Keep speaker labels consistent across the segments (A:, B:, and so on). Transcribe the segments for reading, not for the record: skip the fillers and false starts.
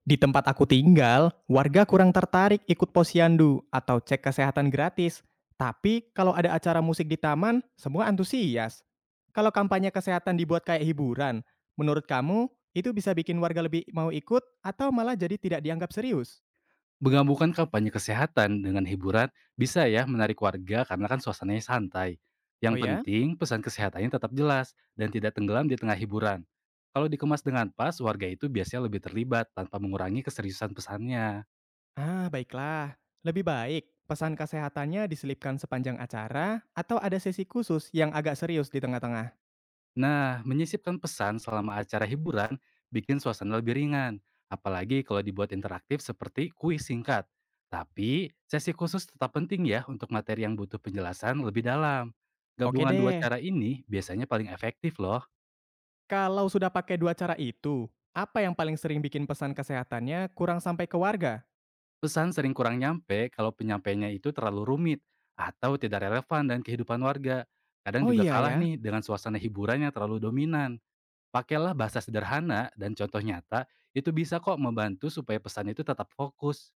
A: Di tempat aku tinggal, warga kurang tertarik ikut posyandu atau cek kesehatan gratis. Tapi kalau ada acara musik di taman, semua antusias. Kalau kampanye kesehatan dibuat kayak hiburan, menurut kamu itu bisa bikin warga lebih mau ikut atau malah jadi tidak dianggap serius?
B: Menggabungkan kampanye kesehatan dengan hiburan bisa ya menarik warga karena kan suasananya santai.
A: Oh
B: Yang
A: ya?
B: penting pesan kesehatannya tetap jelas dan tidak tenggelam di tengah hiburan. Kalau dikemas dengan pas, warga itu biasanya lebih terlibat tanpa mengurangi keseriusan pesannya.
A: Ah, baiklah. Lebih baik pesan kesehatannya diselipkan sepanjang acara atau ada sesi khusus yang agak serius di tengah-tengah.
B: Nah, menyisipkan pesan selama acara hiburan bikin suasana lebih ringan, apalagi kalau dibuat interaktif seperti kuis singkat. Tapi, sesi khusus tetap penting ya untuk materi yang butuh penjelasan lebih dalam.
A: Oke
B: Gabungan dua
A: deh.
B: cara ini biasanya paling efektif loh.
A: Kalau sudah pakai dua cara itu, apa yang paling sering bikin pesan kesehatannya kurang sampai ke warga?
B: Pesan sering kurang nyampe kalau penyampaiannya itu terlalu rumit atau tidak relevan dan kehidupan warga. Kadang
A: Oh
B: juga
A: iya
B: kalah
A: ya,
B: nih dengan suasana hiburan yang terlalu dominan. Pakailah bahasa sederhana dan contoh nyata, itu bisa kok membantu supaya pesan itu tetap fokus.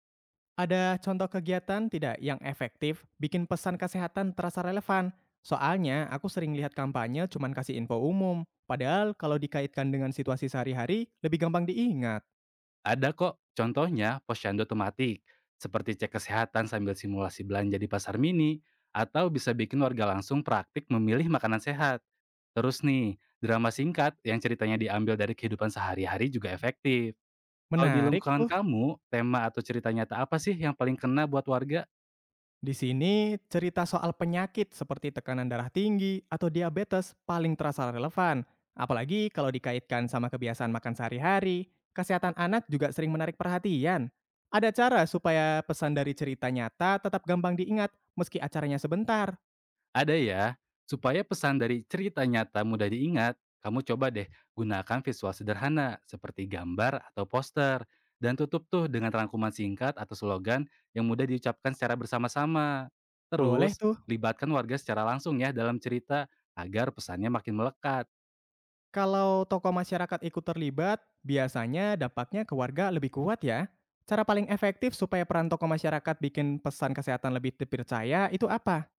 A: ada contoh kegiatan tidak yang efektif bikin pesan kesehatan terasa relevan? Soalnya aku sering lihat kampanye cuman kasih info umum, padahal kalau dikaitkan dengan situasi sehari-hari lebih gampang diingat.
B: Ada kok contohnya posyandu otomatik, seperti cek kesehatan sambil simulasi belanja di pasar mini, atau bisa bikin warga langsung praktik memilih makanan sehat. Terus nih, drama singkat yang ceritanya diambil dari kehidupan sehari-hari juga efektif. Kalau di
A: Menarik
B: lingkungan
A: tuh.
B: kamu, tema atau cerita nyata apa sih yang paling kena buat warga?
A: Di sini, cerita soal penyakit seperti tekanan darah tinggi atau diabetes paling terasa relevan. Apalagi kalau dikaitkan sama kebiasaan makan sehari-hari, kesehatan anak juga sering menarik perhatian. Ada cara supaya pesan dari cerita nyata tetap gampang diingat meski acaranya sebentar.
B: Ada ya. Supaya pesan dari cerita nyata mudah diingat, kamu coba deh gunakan visual sederhana seperti gambar atau poster. Dan tutup tuh dengan rangkuman singkat atau slogan yang mudah diucapkan secara bersama-sama.
A: Boleh
B: Terus,
A: tuh,
B: libatkan warga secara langsung ya dalam cerita agar pesannya makin melekat.
A: kalau tokoh masyarakat ikut terlibat, biasanya dampaknya ke warga lebih kuat ya. Cara paling efektif supaya peran tokoh masyarakat bikin pesan kesehatan lebih dipercaya itu apa?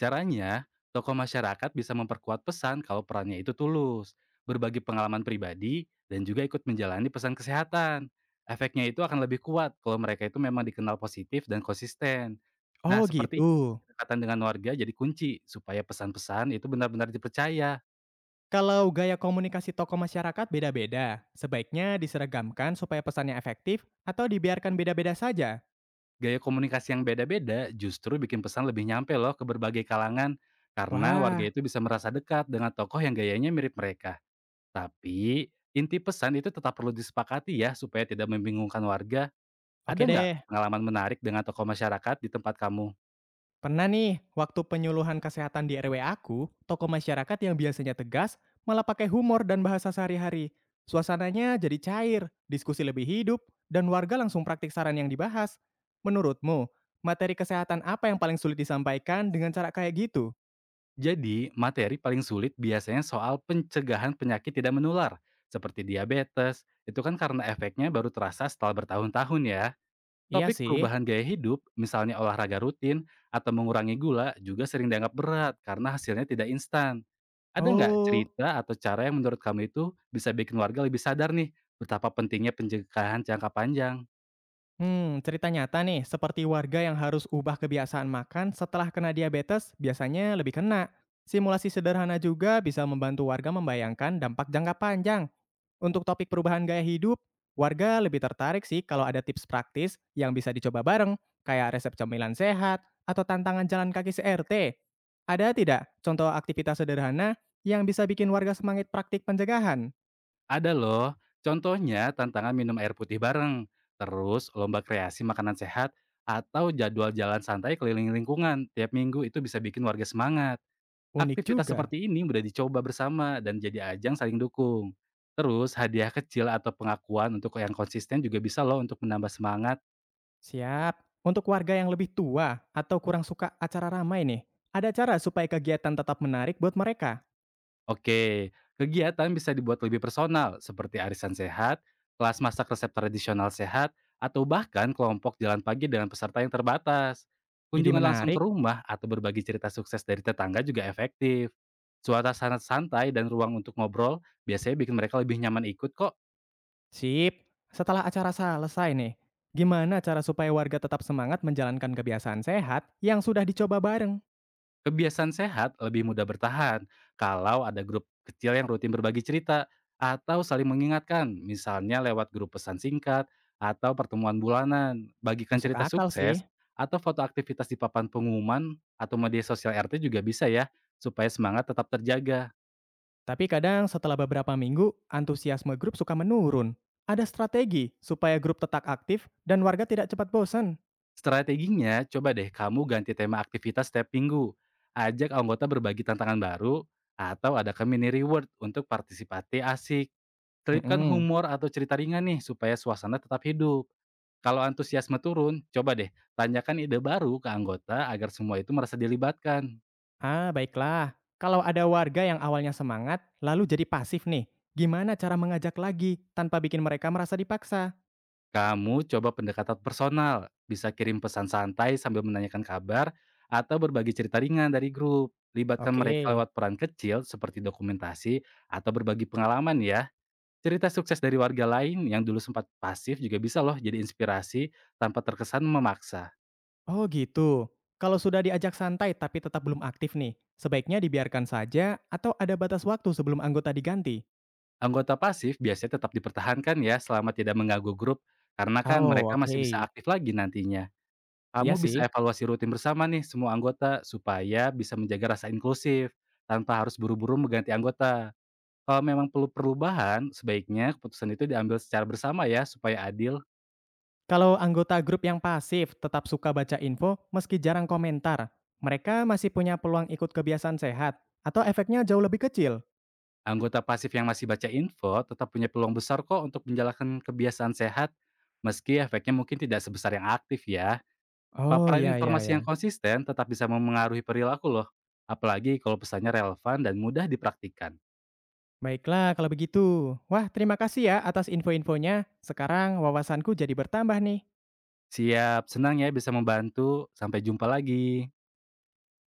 B: Caranya, tokoh masyarakat bisa memperkuat pesan kalau perannya itu tulus, berbagi pengalaman pribadi, dan juga ikut menjalani pesan kesehatan. Efeknya itu akan lebih kuat kalau mereka itu memang dikenal positif dan konsisten. Nah,
A: Oh
B: seperti
A: gitu.
B: ini, kedekatan dengan warga jadi kunci supaya pesan-pesan itu benar-benar dipercaya.
A: Kalau gaya komunikasi tokoh masyarakat beda-beda, sebaiknya diseragamkan supaya pesannya efektif atau dibiarkan beda-beda saja?
B: Gaya komunikasi yang beda-beda justru bikin pesan lebih nyampe loh ke berbagai kalangan karena
A: Wah,
B: warga itu bisa merasa dekat dengan tokoh yang gayanya mirip mereka. Tapi, inti pesan itu tetap perlu disepakati ya supaya tidak membingungkan warga. Ada
A: oke
B: nggak
A: deh.
B: pengalaman menarik dengan tokoh masyarakat di tempat kamu?
A: Pernah nih, waktu penyuluhan kesehatan di RW aku, tokoh masyarakat yang biasanya tegas malah pakai humor dan bahasa sehari-hari. Suasananya jadi cair, diskusi lebih hidup, dan warga langsung praktik saran yang dibahas. Menurutmu, materi kesehatan apa yang paling sulit disampaikan dengan cara kayak gitu?
B: Jadi, materi paling sulit biasanya soal pencegahan penyakit tidak menular, seperti diabetes. Itu kan karena efeknya baru terasa setelah bertahun-tahun ya.
A: Iya
B: Topik
A: sih.
B: perubahan gaya hidup, misalnya olahraga rutin atau mengurangi gula, juga sering dianggap berat karena hasilnya tidak instan. Ada nggak
A: Oh,
B: cerita atau cara yang menurut kamu itu bisa bikin warga lebih sadar nih, betapa pentingnya pencegahan jangka panjang?
A: Cerita nyata nih, seperti warga yang harus ubah kebiasaan makan setelah kena diabetes, biasanya lebih kena. Simulasi sederhana juga bisa membantu warga membayangkan dampak jangka panjang. Untuk topik perubahan gaya hidup, warga lebih tertarik sih kalau ada tips praktis yang bisa dicoba bareng, kayak resep cemilan sehat atau tantangan jalan kaki CRT. Ada tidak contoh aktivitas sederhana yang bisa bikin warga semangat praktik pencegahan?
B: Ada loh, contohnya tantangan minum air putih bareng, terus lomba kreasi makanan sehat, atau jadwal jalan santai keliling lingkungan tiap minggu itu bisa bikin warga semangat.
A: Unik
B: Aktivitas
A: juga.
B: seperti ini udah dicoba bersama dan jadi ajang saling dukung. Terus hadiah kecil atau pengakuan untuk yang konsisten juga bisa loh untuk menambah semangat.
A: Siap. Untuk warga yang lebih tua atau kurang suka acara ramai nih, ada cara supaya kegiatan tetap menarik buat mereka.
B: Oke, kegiatan bisa dibuat lebih personal seperti arisan sehat, kelas masak resep tradisional sehat, atau bahkan kelompok jalan pagi dengan peserta yang terbatas.
A: Ide
B: Kunjungan langsung ke
A: menarik?
B: rumah atau berbagi cerita sukses dari tetangga juga efektif. Suasana santai dan ruang untuk ngobrol biasanya bikin mereka lebih nyaman ikut kok.
A: Sip. Setelah acara selesai nih, gimana cara supaya warga tetap semangat menjalankan kebiasaan sehat yang sudah dicoba bareng?
B: Kebiasaan sehat lebih mudah bertahan kalau ada grup kecil yang rutin berbagi cerita atau saling mengingatkan, misalnya lewat grup pesan singkat atau pertemuan bulanan. Bagikan
A: Masuk
B: cerita
A: akal
B: sukses
A: sih.
B: atau foto aktivitas di papan pengumuman atau media sosial RT juga bisa ya, supaya semangat tetap terjaga.
A: Tapi kadang setelah beberapa minggu, antusiasme grup suka menurun. Ada strategi supaya grup tetap aktif dan warga tidak cepat bosan.
B: Strateginya, coba deh kamu ganti tema aktivitas setiap minggu. Ajak anggota berbagi tantangan baru atau ada mini reward untuk partisipasi asik. Selipkan
A: Hmm.
B: humor atau cerita ringan nih supaya suasana tetap hidup. Kalau antusiasme turun, coba deh tanyakan ide baru ke anggota agar semua itu merasa dilibatkan.
A: Ah, baiklah. Kalau ada warga yang awalnya semangat, lalu jadi pasif nih, gimana cara mengajak lagi tanpa bikin mereka merasa dipaksa?
B: Kamu coba pendekatan personal, bisa kirim pesan santai sambil menanyakan kabar atau berbagi cerita ringan dari grup. Libatkan mereka
A: Oke.
B: lewat peran kecil seperti dokumentasi atau berbagi pengalaman ya. Cerita sukses dari warga lain yang dulu sempat pasif juga bisa loh jadi inspirasi tanpa terkesan memaksa.
A: Oh gitu. Kalau sudah diajak santai tapi tetap belum aktif nih, sebaiknya dibiarkan saja atau ada batas waktu sebelum anggota diganti?
B: Anggota pasif biasanya tetap dipertahankan ya selama tidak mengganggu grup, karena kan
A: Oh,
B: mereka masih bisa
A: oke.
B: aktif lagi nantinya.
A: Iya
B: Kamu bisa
A: sih.
B: evaluasi rutin bersama nih semua anggota supaya bisa menjaga rasa inklusif tanpa harus buru-buru mengganti anggota. Kalau memang perlu perubahan, sebaiknya keputusan itu diambil secara bersama ya supaya adil.
A: Kalau anggota grup yang pasif tetap suka baca info meski jarang komentar, mereka masih punya peluang ikut kebiasaan sehat atau efeknya jauh lebih kecil?
B: Anggota pasif yang masih baca info tetap punya peluang besar kok untuk menjalankan kebiasaan sehat meski efeknya mungkin tidak sebesar yang aktif ya.
A: Oh,
B: Paparan
A: iya, iya,
B: informasi yang
A: iya.
B: konsisten tetap bisa memengaruhi perilaku loh, apalagi kalau pesannya relevan dan mudah dipraktikkan.
A: Baiklah kalau begitu. Wah, terima kasih ya atas info-infonya. Sekarang wawasanku jadi bertambah nih.
B: Siap, senang ya bisa membantu. Sampai jumpa lagi.